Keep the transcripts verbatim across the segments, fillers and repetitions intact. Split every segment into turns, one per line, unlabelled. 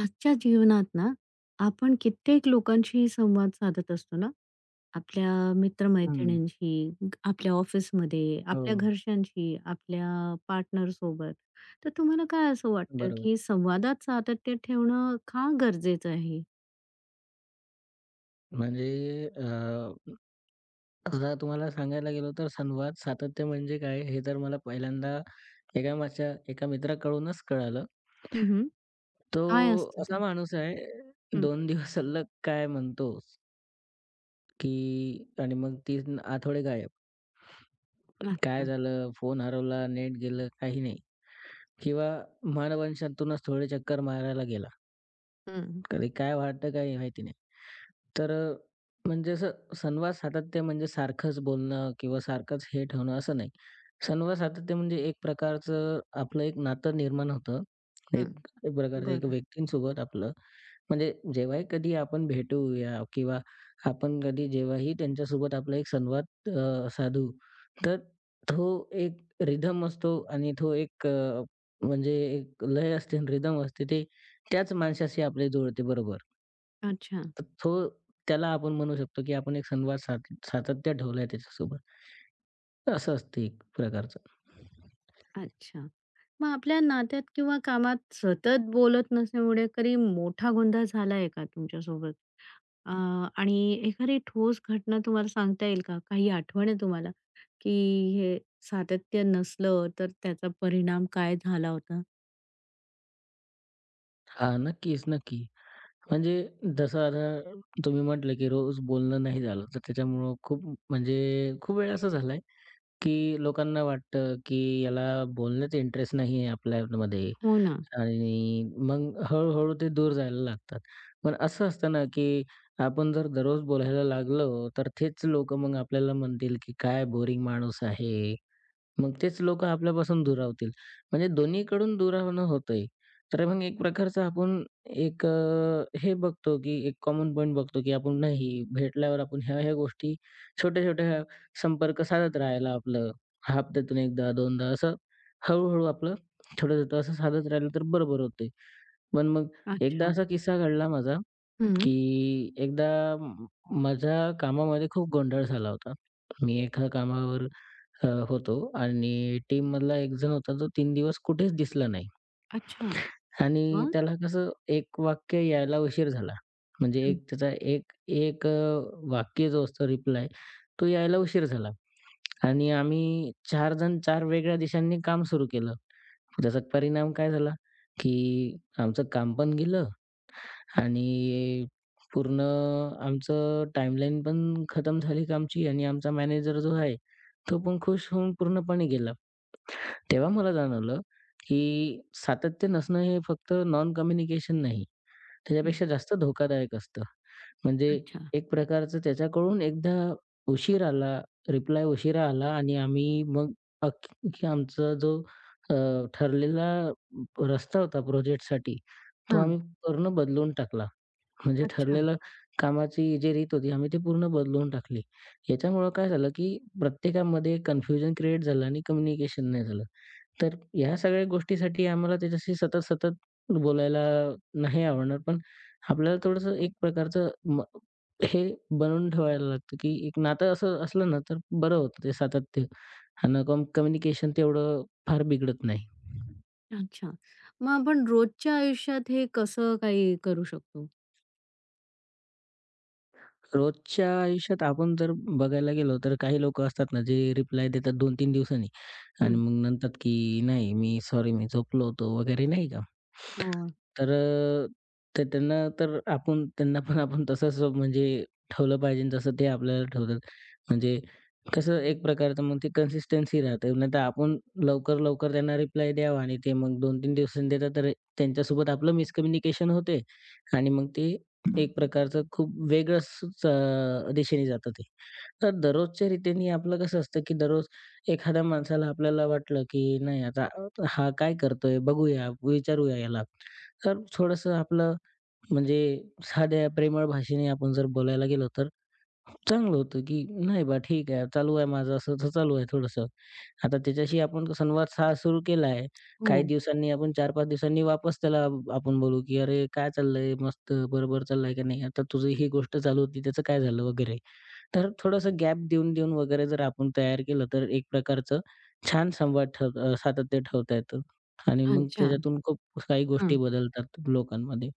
आजच्या जीवनात ना, आपण कित्येक लोकांशी संवाद साधत असतो ना, आपल्या
हं.
मित्रमैत्रिणींशी, ग- आपल्या ऑफिसमध्ये,
हो,
आपल्या घरच्यांशी, आपल्या पार्टनरसोबत. तर तुम्हाला काय असं वाटतं,
बरोबर.
की संवादात सातत्य ठेवणं का गरजेचं आहे?
म्हणजे अ, आता तुम्हाला सांगायला गेलो तर संवाद सातत्य म्हणजे काय हे तर मला पहिल्यांदा एका माझ्या एका मित्राकडूनच कळालं.
हं,
तो
काय असतं
असा
ते?
माणूस आहे,
हं,
दोन दिवस सलग काय म्हणतोस, की आणि मग तीन आठवडे गायब. काय
अच्छा.
झालं? फोन हरवला, नेट गेलं, काही नाही किंवा मानववंशातूनच थोडे चक्कर मारायला गेला.
हं,
कधी काय वाटतं काही माहिती नाही. तर अ, म्हणजे असं संवाद सातत्य म्हणजे सारखंच बोलणं किंवा सारखंच हे ठेवणं असं नाही. संवाद सातत्य म्हणजे एक प्रकारचं आपलं एक नातं निर्माण होतं. एक
हं.
एक प्रकारचं एक
बरं.
व्यक्तींसोबत आपलं म्हणजे जेव्हाही कधी आपण भेटूया किंवा आपण कधी जेव्हाही त्यांच्यासोबत आपला एक संवाद अ, साधू, तर तो एक रिदम असतो आणि तो एक अ, म्हणजे एक लय असते आणि असते. ते त्याच माणसाशी आपले जुळते बरोबर.
अच्छा,
तर तो, त्याला आपण म्हणू शकतो, की आपण एक संवाद साध सातत्य ठेवलाय त्याच्यासोबत. असं असतं एक प्रकारचं.
अच्छा. मग आपल्या नात्यात किंवा कामात सतत बोलत नसल्यामुळे कधी मोठा गोंधळ झाला का तुमच्यासोबत? अ, आणि एखादी ठोस घटना तुम्हाला सांगता येईल का? काही आठवण आहे तुम्हाला, की हे सातत्य नसलं तर त्याचा परिणाम काय झाला होता?
हां, नक्कीच, नक्की. म्हणजे जसं आता तुम्ही म्हटलं, की रोज बोलणं नाही झालं, तर त्याच्यामुळं खूप म्हणजे खूप वेळा असं झालंय, की लोकांना वाटतं, की याला बोलण्यात इंटरेस्ट नाही आहे आपल्यामध्ये
हो ना.
आणि मग हळू ते दूर जायला लागतात. पण असं असतं ना, की आपण जर दररोज बोलायला लागलो, तर तेच लोक मग आपल्याला म्हणतील, की "काय बोरिंग माणूस आहे." मग तेच लोकं आपल्यापासून दुरावतील. म्हणजे दोन्हीकडून दुरावणं होतंय. तर मग एक प्रकारचं आपण एक अ, हे बघतो, की एक कॉमन पॉइंट बघतो, की आपण नाही भेटल्यावर आपण ह्या-ह्या गोष्टी छोट्या-छोट्या संपर्क साधत राहायला आपलं हप्त्यातून एकदा, दोनदा असं हळू आपलं छोटं-छोटं असं साधत राहिलं तर बरोबर होते. पण मग एकदा
अच्छा.
असा किस्सा घडला माझा,
हं.
की एकदा म- माझ्या कामामध्ये खूप गोंधळ झाला होता. मी एका कामावर अ, होतो आणि टीममधला एक जण होता जो तीन दिवस कुठेच दिसला नाही.
अच्छा.
आणि
मग?
त्याला कसं एक वाक्य यायला उशीर झाला. म्हणजे
हं,
एक त्याचा एक एक अ, वाक्य जो असतो रिप्लाय तो यायला उशीर झाला. आणि आम्ही चार जण चार वेगळ्या दिशांनी काम सुरू केलं. त्याचा परिणाम काय झाला, की आमचं काम पण गेलं आणि पूर्ण आमचं टाईमलाईन पण खतम झाली कामची आणि आमचा मॅनेजर जो आहे, तो पण खुश होऊन पूर्णपणे गेला. तेव्हा मला जाणवलं, की सातत्य नसणं हे फक्त नॉन कम्युनिकेशन नाही.
हं.
त्याच्यापेक्षा जास्त धोकादायक असतं. म्हणजे
अच्छा.
एक प्रकारचं त्याच्याकडून एकदा उशीर आला, रिप्लाय उशिरा आला आणि आम्ही मग अख्खी आमचा जो अ, ठरलेला रस्ता होता प्रोजेक्टसाठी, तो
हां.
आम्ही पूर्ण बदलून टाकला. म्हणजे
अच्छा.
ठरलेलं कामाची जी रीत होती, आम्ही ती पूर्ण बदलून टाकली. याच्यामुळं काय झालं, की प्रत्येकामध्ये कन्फ्युजन क्रिएट झालं आणि कम्युनिकेशन नाही झालं. तर ह्या सगळ्या गोष्टीसाठी आम्हाला त्याच्याशी सतत, सतत बोलायला नाही आवडणार. पण आपल्याला थोडंसं एक प्रकारचं म हे बनवून ठेवायला लागतं, की एक नातं असं असलं ना, तर बरं होतं ते सातत्य आणि कम कम्युनिकेशन तेवढं फार बिघडत नाही.
अच्छा. मग आपण रोजच्या आयुष्यात हे कसं काही करू शकतो?
रोजच्या आयुष्यात आपण जर बघायला गेलो, तर काही लोकं असतात ना, जे रिप्लाय देतात दोन-तीन दिवसांनी आणि
हं.
मग म्हणतात, की "नाही, मी सॉरी, मी झोपलो होतो" वगैरे नाही का.
अ,
तर अ, तर त्यांना तर आपण त्यांना पण आपण तसंच म्हणजे ठेवलं पाहिजे जसं ते आपल्याला ठेवतात. म्हणजे कसं एक प्रकारचं मग ती कन्सिस्टन्सी राहते. नाहीतर आपण लवकर-लवकर त्यांना रिप्लाय द्यावा आणि ते मग दोन-तीन दिवसांनी देतात, तर त्यांच्यासोबत आपलं मिसकम्युनिकेशन होते आणि मग ते एक प्रकारचं खूप वेगळंच अ, दिशेने जातं ते. तर दररोजच्या रीतीने आपलं कसं असतं, की दररोज एखाद्या माणसाला आपल्याला वाटलं, की नाही आता हा काय करतोय बघूया, विचारूया याला. तर थोडंसं आपलं म्हणजे साध्या प्रेमळ भाषेने आपण जर बोलायला गेलो तर चांगलं होतं, की "नाही बा ठीक आहे, चालू आहे माझं असं-असं चालू आहे थोडंसं." आता त्याच्याशी आपण संवाद हा सुरू केला आहे. काही
हो.
दिवसांनी आपण चार-पाच दिवसांनी वापस त्याला आपण बोलू, की "अरे काय चाललंय? मस्त बरोबर चाललंय का नाही? आता तुझी ही गोष्ट चालू होती त्याचं काय झालं?" वगैरे. तर थोडंसं गॅप देऊन-देऊन वगैरे जर आपण तयार केलं तर एक प्रकारचं छान संवाद ठेव अ, सातत्य ठेवता येतं आणि मग
अच्छा.
त्याच्यातून खूप काही गोष्टी
हां.
बदलतात लोकांमध्ये.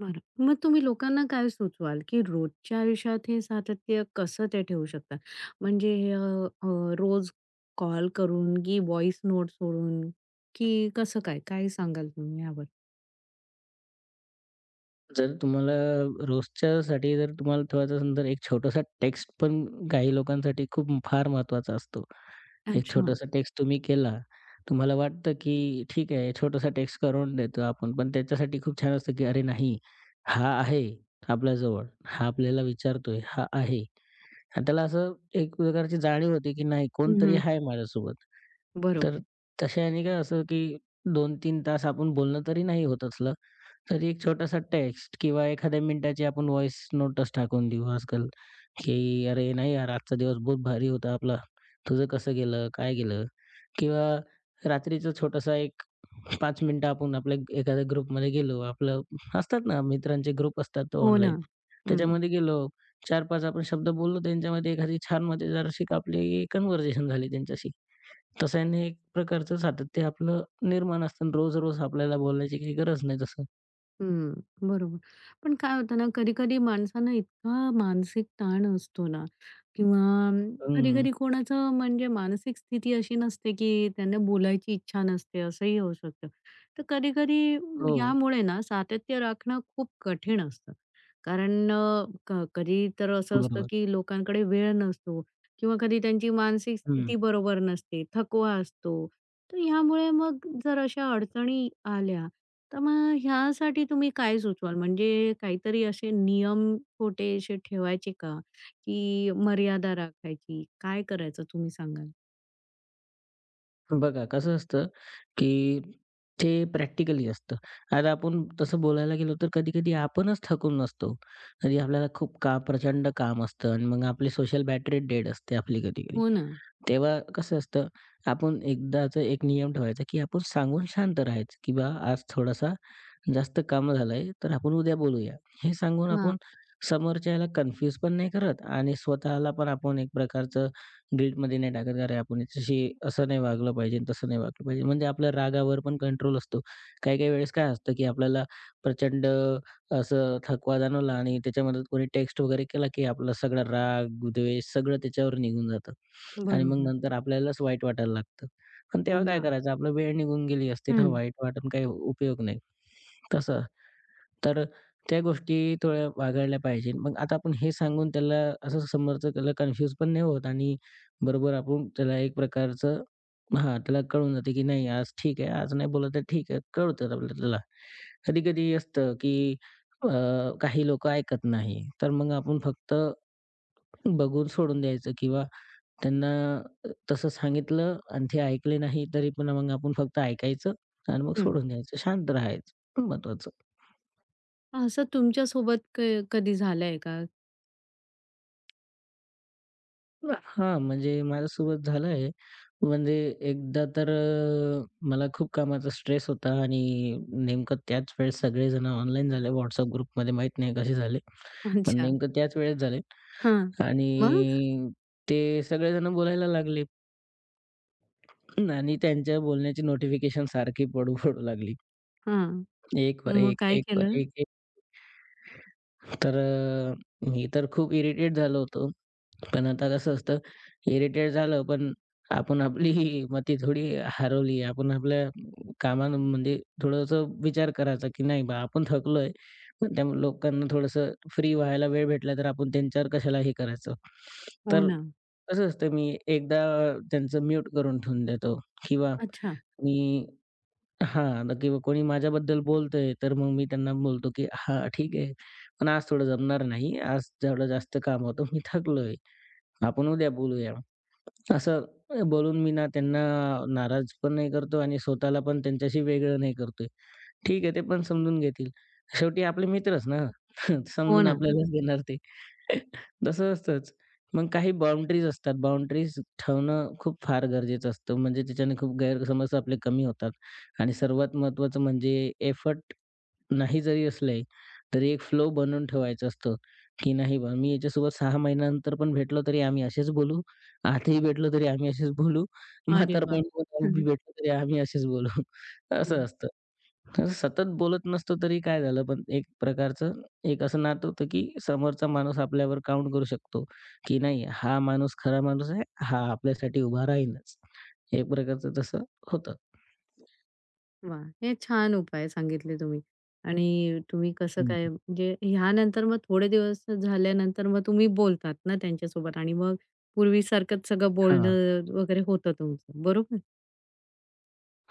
बरं. मग तुम्ही लोकांना काय सुचवाल, की रोजच्या आयुष्यात हे सातत्य कसं ते ठेवू शकतात? म्हणजे हे, अ, अ, रोज कॉल करून की व्हॉइस नोट सोडून की कसं काय? काय सांगाल तुम्ही यावर?
जर तुम्हाला रोजच्यासाठी जर तुम्हाला ठेवायचं असेल, तर एक छोटासा टेक्स्ट पण काही लोकांसाठी खूप फार महत्त्वाचा असतो. एक
अच्छा.
छोटासा टेक्स्ट तुम्ही केला. तुम्हाला वाटतं, की ठीक आहे, छोटासा टेक्स्ट करून देतो आपण. पण त्याच्यासाठी खूप छान असतं, की "अरे नाही, हा आहे आपल्याजवळ. हा आपल्याला विचारतोय. हा आहे." आणि त्याला असं एक प्रकारची जाणीव होते, की नाही
हं,
कोणतरी
हं.
आहे माझ्यासोबत. तर
बरोबर.
तशाने काय असं, की दोन-तीन तास आपण बोलणं तरी नाही होत असलं. तरी एक छोटासा टेक्स्ट किंवा एखाद्या मिनिटाची आपण व्हॉइस नोटच टाकून देऊ आजकाल, की "अरे नाही यार, आजचा दिवस बहुत भारी होता आपला. तुझं कसं गेलं? काय गेलं?" किंवा रात्रीचा छोटासा एक पाच मिनिटं आपण आपल्या एखाद्या ग्रुपमध्ये गेलो. आपलं असतात ना मित्रांचे ग्रुप असतात
हो ना.
ऑनलाईन.
हं.
त्याच्यामध्ये गेलो. चार-पाच आपण शब्द बोललो त्यांच्यामध्ये एखादी छान मजेदार अशी आपली कन्व्हर्सेशन झाली त्यांच्याशी. तशाने एक प्रकारचं सातत्य आपलं निर्माण असतं. रोज-रोज आपल्याला बोलायची काही गरज नाही तसं.
हम्म, बरोबर. पण काय होतं ना, कधी-कधी माणसांना इतका मानसिक ताण असतो ना किंवा
हं.
कधी-कधी कोणाचं म्हणजे मानसिक स्थिती अशी नसते, की त्यांना बोलायची इच्छा नसते, असंही होऊ शकतं. तर कधी-कधी
हो,
ह्यामुळे ना सातत्य राखणं खूप कठीण असतं. कारण अ, क कधी तर असं असतं,
बरोबर.
की लोकांकडे वेळ नसतो किंवा कधी त्यांची मानसिक
हं.
स्थिती बरोबर नसते, थकवा असतो. तर ह्यामुळे मग जर अशा अडचणी आल्या, तर मग ह्यासाठी तुम्ही काय सुचवाल? म्हणजे काहीतरी असे नियम छोटे असे ठेवायचे का? की मर्यादा राखायची? काय करायचं तुम्ही सांगाल?
बघा कसं असतं, की ते प्रॅक्टिकली असतं. आता आपण तसं बोलायला गेलो तर कधी-कधी आपणच थकून नसतो. कधी आपल्याला खूप का प्रचंड काम असतं आणि मग आपली सोशल बॅटरी डेड असते आपली कधी-कधी.
हो ना.
तेव्हा कसं असतं, आपण एकदाचं एक नियम ठेवायचा, की आपण सांगून शांत राहायचं, की "बा आज थोडासा जास्त कामं झालंय, तर आपण उद्या बोलूया. हे सांगून
हां,
आपण समोरच्याला कन्फ्यूज पण नाही करत आणि स्वतःला पण आपण एक प्रकारचं गिल्टमध्ये नाही टाकत. "अरे, आपण याच्याशी असं नाही वागलं पाहिजे, तसं नाही वागलं पाहिजे." म्हणजे आपल्या रागावर पण कंट्रोल असतो. काही-काही वेळेस काय असतं, की आपल्याला प्रचंड असं थकवा जाणवला आणि त्याच्यामध्ये कोणी टेक्स्ट वगैरे केला, की आपला सगळा राग, द्वेष सगळं त्याच्यावर निघून जातं आणि मग
बरोबर.
नंतर आपल्यालाच वाईट वाटायला लागतं. पण
हो
तेव्हा काय
ना.
करायचं? आपला वेळ निघून गेली असते ना,
हं,
वाईट वाटून काही उपयोग नाही. तसं तर त्या गोष्टी थोड्या वागळल्या पाहिजे. मग आता आपण हे सांगून त्याला असं समोरचं त्याला कन्फ्यूज पण नाही होत आणि बरोबर आपण त्याला एक प्रकारचं हां, त्याला कळून जाते की नाही आज ठीक आहे, आज नाही बोलला तर ठीक आहे. कळतं आपल्याला त्याला. कधी-कधी असतं की अ, काही लोकं ऐकत नाही. तर मग आपण फक्त बघून सोडून द्यायचं किंवा त्यांना अ, तसं सांगितलं आणि ते ऐकले नाही तरी पण मग आपण फक्त ऐकायचं आणि मग
हं.
सोडून द्यायचं. शांत राहायचं महत्वाचं.
असं तुमच्यासोबत क कधी झालंय का?
हां, म्हणजे माझ्यासोबत झालं आहे. म्हणजे एकदा तर अ, मला खूप कामाचा स्ट्रेस होता आणि नेमकं त्याच वेळेस सगळेजण ऑनलाईन झाले. WhatsApp ग्रुपमध्ये माहीत नाही कसे झाले. पण
अच्छा.
नेमकं त्याच वेळेस झाले
हां. मग?
आणि ते सगळेजण बोलायला लागले आणि त्यांच्या बोलण्याची नोटिफिकेशन सारखी पडू, पडू लागली.
हां.
एक वर
मग
एक,
काय
एक वर
केलं?
एक, एक. तर अ, मी तर खूप इरिटेट झालो होतो. पण आता कसं असतं, इरिटेट झालं, पण आपण आपली मती थोडी हरवली. आपण आपल्या कामानं म्हणजे थोडंसं विचार करायचा, की नाही बा आपण थकलोय. पण त्या लोकांना थोडंसं फ्री व्हायला वेळ भेटला, तर आपण त्यांच्यावर कशाला हे करायचं.
हो
तर
ना.
कसं असतं, मी एकदा त्यांचं म्यूट करून ठेवून देतो किंवा
अच्छा.
मी हां, नक्की कोणी माझ्याबद्दल बोलतंय, तर मग मी त्यांना बोलतो, की "हां, ठीक आहे. पण आज थोडं जमणार नाही. आज थोडं जास्त काम होतं. मी थकलोय. आपण उद्या बोलूया." असं बोलून मी ना त्यांना नाराज पण नाही करतो आणि स्वतःला पण त्यांच्याशी वेगळं नाही करतोय. ठीक आहे, ते पण समजून घेतील. शेवटी आपले मित्रच ना.
हो
समजून
ना.
आपल्यालाच घेणार ते. तसं असतंच. मग काही बाउंडरीज असतात. बाउंडरीज ठेवणं खूप फार गरजेचं असतं. म्हणजे त्याच्याने खूप गैरसमज आपले कमी होतात आणि सर्वात महत्त्वाचं म्हणजे एफर्ट नाही जरी असले, तरी एक फ्लो बनवून ठेवायचा असतो, की नाही बा मी याच्यासोबत सहा महिन्यानंतर पण भेटलो तरी आम्ही असेच बोलू. आजही भेटलो तरी आम्ही असेच बोलू.
अरे वाह!
म्हातारपणी पण आम्ही भेटलो तरी आम्ही असेच बोलू. असं असतं. असं सतत बोलत नसतो तरी काय झालं, पण एक प्रकारचं एक असं नातं होतं, की समोरचा माणूस आपल्यावर काउंट करू शकतो, की नाही हा माणूस खरा माणूस आहे. हा आपल्यासाठी उभा राहीलच. एक प्रकारचं तसं होतं.
वा, हे छान उपाय सांगितले तुम्ही. आणि तुम्ही कसं
हं,
काय
हं.
म्हणजे ह्यानंतर मग थोडे दिवस झाल्यानंतर मग तुम्ही बोलतात ना त्यांच्यासोबत आणि मग पूर्वीसारखंच सगळं बोलणं वगैरे होतं तुमचं, बरोबर?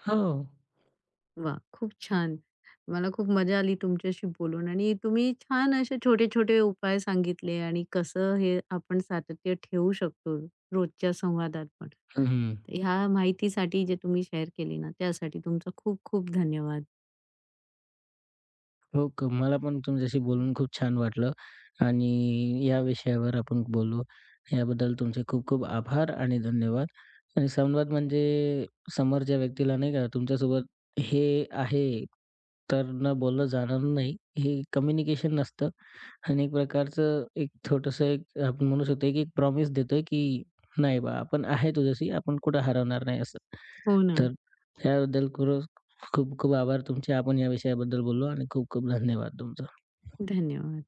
हो.
वाह! खूप छान. मला खूप मजा आली तुमच्याशी बोलून आणि तुम्ही छान असे छोटे-छोटे उपाय सांगितले आणि कसं हे आपण सातत्य ठेवू शकतो रोजच्या संवादात पण.
हं,
तर ह्या माहितीसाठी जे तुम्ही शेअर केली ना, त्यासाठी तुमचा खूप खूप धन्यवाद.
हो का. मला पण तुमच्याशी बोलून खूप छान वाटलं आणि या विषयावर आपण बोललो. याबद्दल तुमचे खूप खूप आभार आणि धन्यवाद. आणि संवाद म्हणजे समोरच्या व्यक्तीला नाही का तुमच्यासोबत हे आहे, तर न बोललं जाणार नाही, हे कम्युनिकेशन नसतं. आणि एक प्रकारचं एक छोटंसं एक आपण म्हणू शकतो, की एक प्रॉमिस देतोय, की नाही बा, आपण आहे तुझ्याशी, आपण कुठं हरवणार नाही असं.
हो ना.
तर त्याबद्दल खरंच खूप खूप आभार तुमचे. आपण या विषयाबद्दल बोललो आणि खूप खूप धन्यवाद तुमचा.
धन्यवाद.